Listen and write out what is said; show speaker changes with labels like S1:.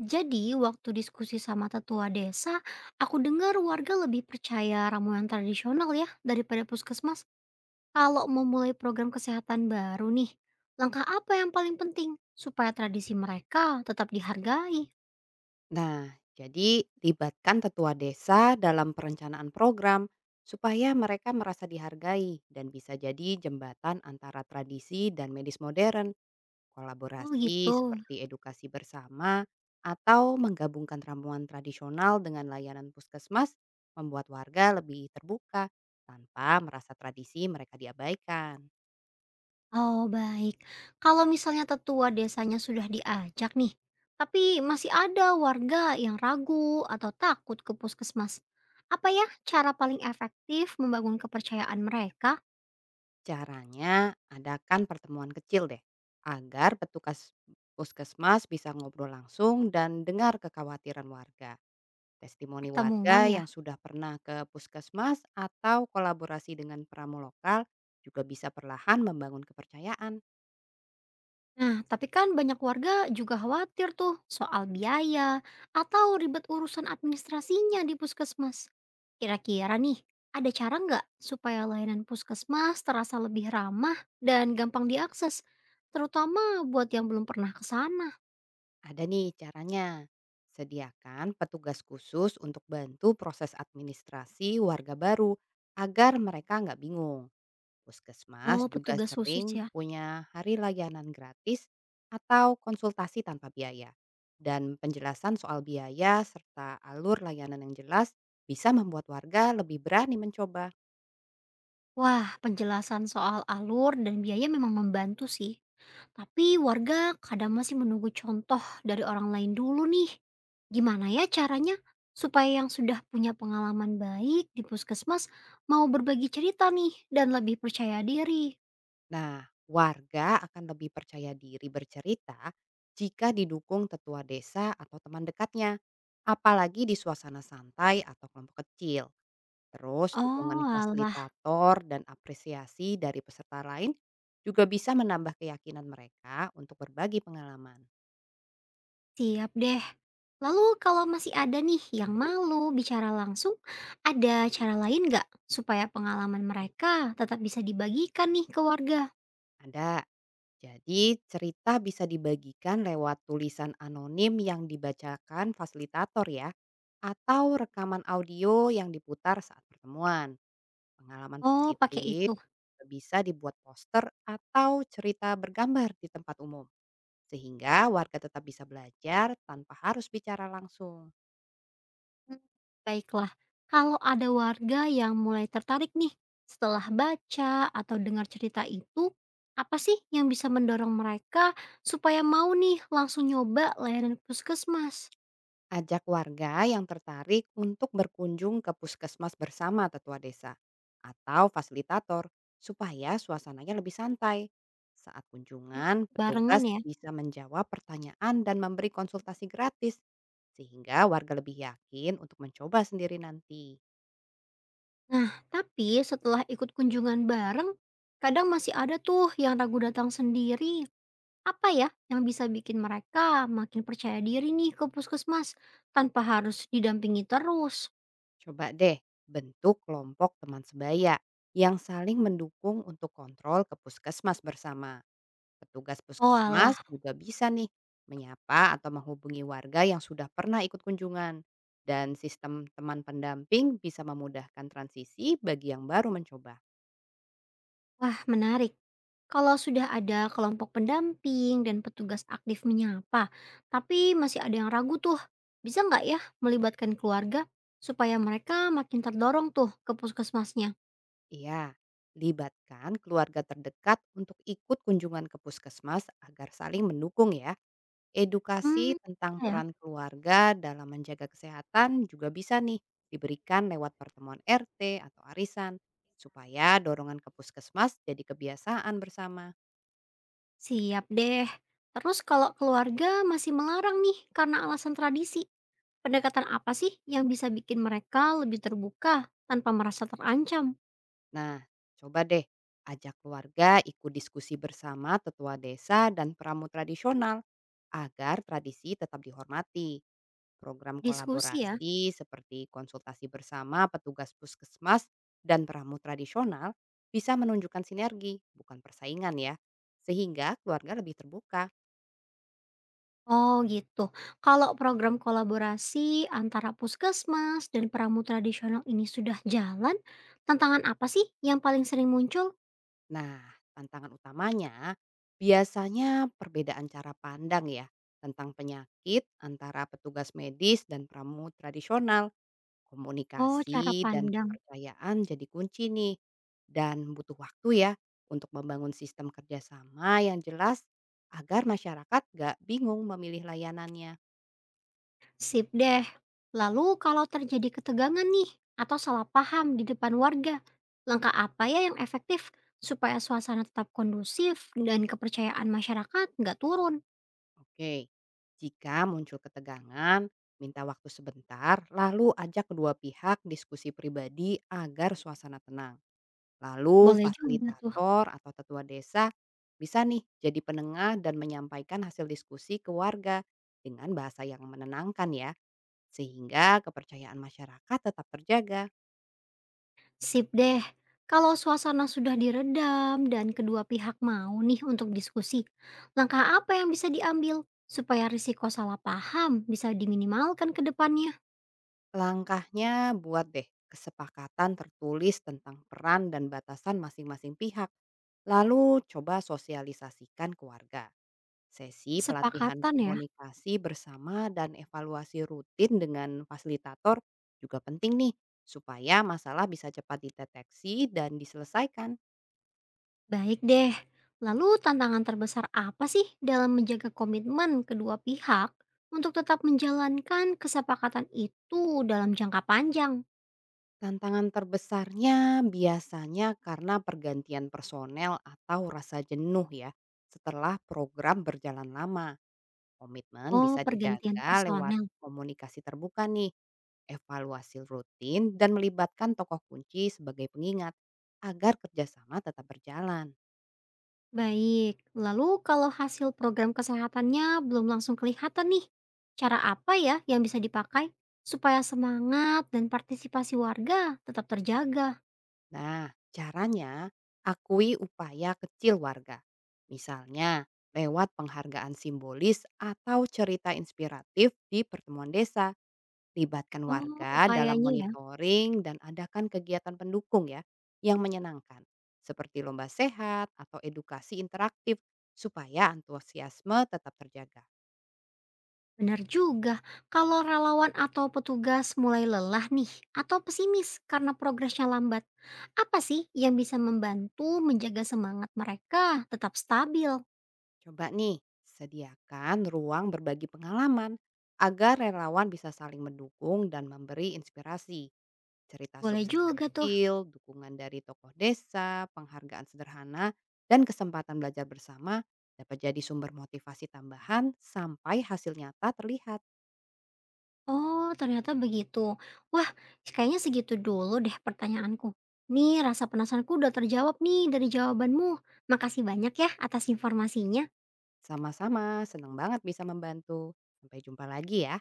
S1: Jadi, waktu diskusi sama tetua desa, aku dengar warga lebih percaya ramuan tradisional ya daripada puskesmas. Kalau mau mulai program kesehatan baru nih, langkah apa yang paling penting supaya tradisi mereka tetap dihargai?
S2: Nah, jadi libatkan tetua desa dalam perencanaan program supaya mereka merasa dihargai dan bisa jadi jembatan antara tradisi dan medis modern,
S1: Oh
S2: kolaborasi
S1: gitu.
S2: seperti edukasi bersama, atau menggabungkan ramuan tradisional dengan layanan puskesmas membuat warga lebih terbuka tanpa merasa tradisi mereka diabaikan.
S1: Oh baik. Kalau misalnya tetua desanya sudah diajak nih, tapi masih ada warga yang ragu atau takut ke puskesmas. Apa ya cara paling efektif membangun kepercayaan mereka?
S2: Caranya adakan pertemuan kecil deh, agar petugas puskesmas bisa ngobrol langsung dan dengar kekhawatiran warga. Testimoni
S1: Pertemuan
S2: warga
S1: ya?
S2: yang sudah pernah ke puskesmas atau kolaborasi dengan pramu lokal juga bisa perlahan membangun kepercayaan.
S1: Nah, tapi kan banyak warga juga khawatir tuh soal biaya atau ribet urusan administrasinya di puskesmas. Kira-kira nih, ada cara nggak supaya layanan puskesmas terasa lebih ramah dan gampang diakses, terutama buat yang belum pernah ke sana?
S2: Ada nih caranya. Sediakan petugas khusus untuk bantu proses administrasi warga baru agar mereka nggak bingung. Puskesmas
S1: Oh,
S2: juga
S1: petugas khusus
S2: sering
S1: ya.
S2: punya hari layanan gratis atau konsultasi tanpa biaya. Dan penjelasan soal biaya serta alur layanan yang jelas bisa membuat warga lebih berani mencoba.
S1: Wah, penjelasan soal alur dan biaya memang membantu sih. Tapi warga kadang masih menunggu contoh dari orang lain dulu nih. Gimana ya caranya supaya yang sudah punya pengalaman baik di puskesmas mau berbagi cerita nih dan lebih percaya diri?
S2: Nah, warga akan lebih percaya diri bercerita jika didukung tetua desa atau teman dekatnya, apalagi di suasana santai atau kelompok kecil. Terus
S1: Oh,
S2: dukungan
S1: alah,
S2: fasilitator dan apresiasi dari peserta lain juga bisa menambah keyakinan mereka untuk berbagi pengalaman.
S1: siap deh. Lalu kalau masih ada nih yang malu bicara langsung, ada cara lain nggak supaya pengalaman mereka tetap bisa dibagikan nih ke warga?
S2: Ada. Jadi cerita bisa dibagikan lewat tulisan anonim yang dibacakan fasilitator ya, atau rekaman audio yang diputar saat pertemuan. Pengalaman
S1: Oh, pakai
S2: positif
S1: itu.
S2: bisa dibuat poster atau cerita bergambar di tempat umum, sehingga warga tetap bisa belajar tanpa harus bicara langsung.
S1: Mmm, Baiklah. Kalau ada warga yang mulai tertarik nih setelah baca atau dengar cerita itu, apa sih yang bisa mendorong mereka supaya mau nih langsung nyoba layanan puskesmas?
S2: Ajak warga yang tertarik untuk berkunjung ke puskesmas bersama tetua desa atau fasilitator supaya suasananya lebih santai. Saat
S1: Mmm,
S2: kunjungan,
S1: Barengan
S2: petugas
S1: ya.
S2: bisa menjawab pertanyaan dan memberi konsultasi gratis, sehingga warga lebih yakin untuk mencoba sendiri nanti.
S1: Nah, tapi setelah ikut kunjungan bareng, kadang masih ada tuh yang ragu datang sendiri. Apa ya yang bisa bikin mereka makin percaya diri nih ke puskesmas tanpa harus didampingi terus?
S2: Coba deh bentuk kelompok teman sebaya yang saling mendukung untuk kontrol ke puskesmas bersama. Petugas
S1: Oalah.
S2: puskesmas juga bisa nih menyapa atau menghubungi warga yang sudah pernah ikut kunjungan. Dan sistem teman pendamping bisa memudahkan transisi bagi yang baru mencoba.
S1: Wah, menarik. Kalau sudah ada kelompok pendamping dan petugas aktif menyapa, tapi masih ada yang ragu tuh, bisa nggak ya melibatkan keluarga supaya mereka makin terdorong tuh ke puskesmasnya?
S2: Iya, libatkan keluarga terdekat untuk ikut kunjungan ke puskesmas agar saling mendukung ya. Edukasi
S1: Hmm,
S2: tentang
S1: iya ya.
S2: peran keluarga dalam menjaga kesehatan juga bisa nih diberikan lewat pertemuan RT atau arisan, supaya dorongan ke puskesmas jadi kebiasaan bersama.
S1: Siap deh. Terus kalau keluarga masih melarang nih karena alasan tradisi, pendekatan apa sih yang bisa bikin mereka lebih terbuka tanpa merasa terancam?
S2: Nah, coba deh ajak keluarga ikut diskusi bersama tetua desa dan pramu tradisional agar tradisi tetap dihormati. Program
S1: Diskusi ya.
S2: kolaborasi seperti konsultasi bersama petugas puskesmas dan pramu tradisional bisa menunjukkan sinergi, bukan persaingan ya, sehingga keluarga lebih terbuka.
S1: Oh gitu. Kalau program kolaborasi antara puskesmas dan pramu tradisional ini sudah jalan, tantangan apa sih yang paling sering muncul?
S2: Nah, tantangan utamanya biasanya perbedaan cara pandang ya, tentang penyakit antara petugas medis dan pramu tradisional.
S1: Oh, cara
S2: Komunikasi dan
S1: pandang.
S2: kepercayaan jadi kunci nih, dan butuh waktu ya untuk membangun sistem kerjasama yang jelas, agar masyarakat gak bingung memilih layanannya.
S1: Sip deh. Lalu kalau terjadi ketegangan nih atau salah paham di depan warga, langkah apa ya yang efektif supaya suasana tetap kondusif dan kepercayaan masyarakat nggak turun?
S2: Oke, jika muncul ketegangan, minta waktu sebentar, lalu ajak kedua pihak diskusi pribadi agar suasana tenang. Lalu
S1: Boleh juga tuh.
S2: fasilitator atau tetua desa bisa nih jadi penengah dan menyampaikan hasil diskusi ke warga dengan bahasa yang menenangkan ya, sehingga kepercayaan masyarakat tetap terjaga.
S1: Sip deh. Kalau suasana sudah diredam dan kedua pihak mau nih untuk diskusi, langkah apa yang bisa diambil supaya risiko salah paham bisa diminimalkan ke depannya?
S2: Langkahnya buat deh kesepakatan tertulis tentang peran dan batasan masing-masing pihak. Lalu coba sosialisasikan ke warga. Sesi pelatihan
S1: Kesepakatan ya?
S2: komunikasi bersama dan evaluasi rutin dengan fasilitator juga penting nih, supaya masalah bisa cepat dideteksi dan diselesaikan.
S1: Baik deh. Lalu tantangan terbesar apa sih dalam menjaga komitmen kedua pihak untuk tetap menjalankan kesepakatan itu dalam jangka panjang?
S2: Tantangan terbesarnya biasanya karena pergantian personel atau rasa jenuh ya. Setelah program berjalan lama, komitmen
S1: Oh,
S2: bisa
S1: pergantian
S2: dijaga lewat
S1: personel.
S2: komunikasi terbuka nih, evaluasi rutin, dan melibatkan tokoh kunci sebagai pengingat agar kerjasama tetap berjalan.
S1: Baik, lalu kalau hasil program kesehatannya belum langsung kelihatan nih, cara apa ya yang bisa dipakai supaya semangat dan partisipasi warga tetap terjaga?
S2: Nah, caranya akui upaya kecil warga. Misalnya, lewat penghargaan simbolis atau cerita inspiratif di pertemuan desa. Libatkan
S1: Oh,
S2: warga dalam
S1: upayanya ya.
S2: monitoring dan adakan kegiatan pendukung ya, yang menyenangkan. Seperti lomba sehat atau edukasi interaktif, supaya antusiasme tetap terjaga.
S1: Benar juga, kalau relawan atau petugas mulai lelah nih atau pesimis karena progresnya lambat, apa sih yang bisa membantu menjaga semangat mereka tetap stabil?
S2: Coba nih, sediakan ruang berbagi pengalaman agar relawan bisa saling mendukung dan memberi inspirasi. Cerita
S1: Boleh
S2: sukses
S1: juga tuh.
S2: kecil, dukungan dari tokoh desa, penghargaan sederhana, dan kesempatan belajar bersama dapat jadi sumber motivasi tambahan sampai hasil nyata terlihat.
S1: Oh, ternyata begitu. Wah, kayaknya segitu dulu deh pertanyaanku. Nih, rasa penasaranku udah terjawab nih dari jawabanmu. Makasih banyak ya atas informasinya.
S2: Sama-sama, senang banget bisa membantu. Sampai jumpa lagi ya.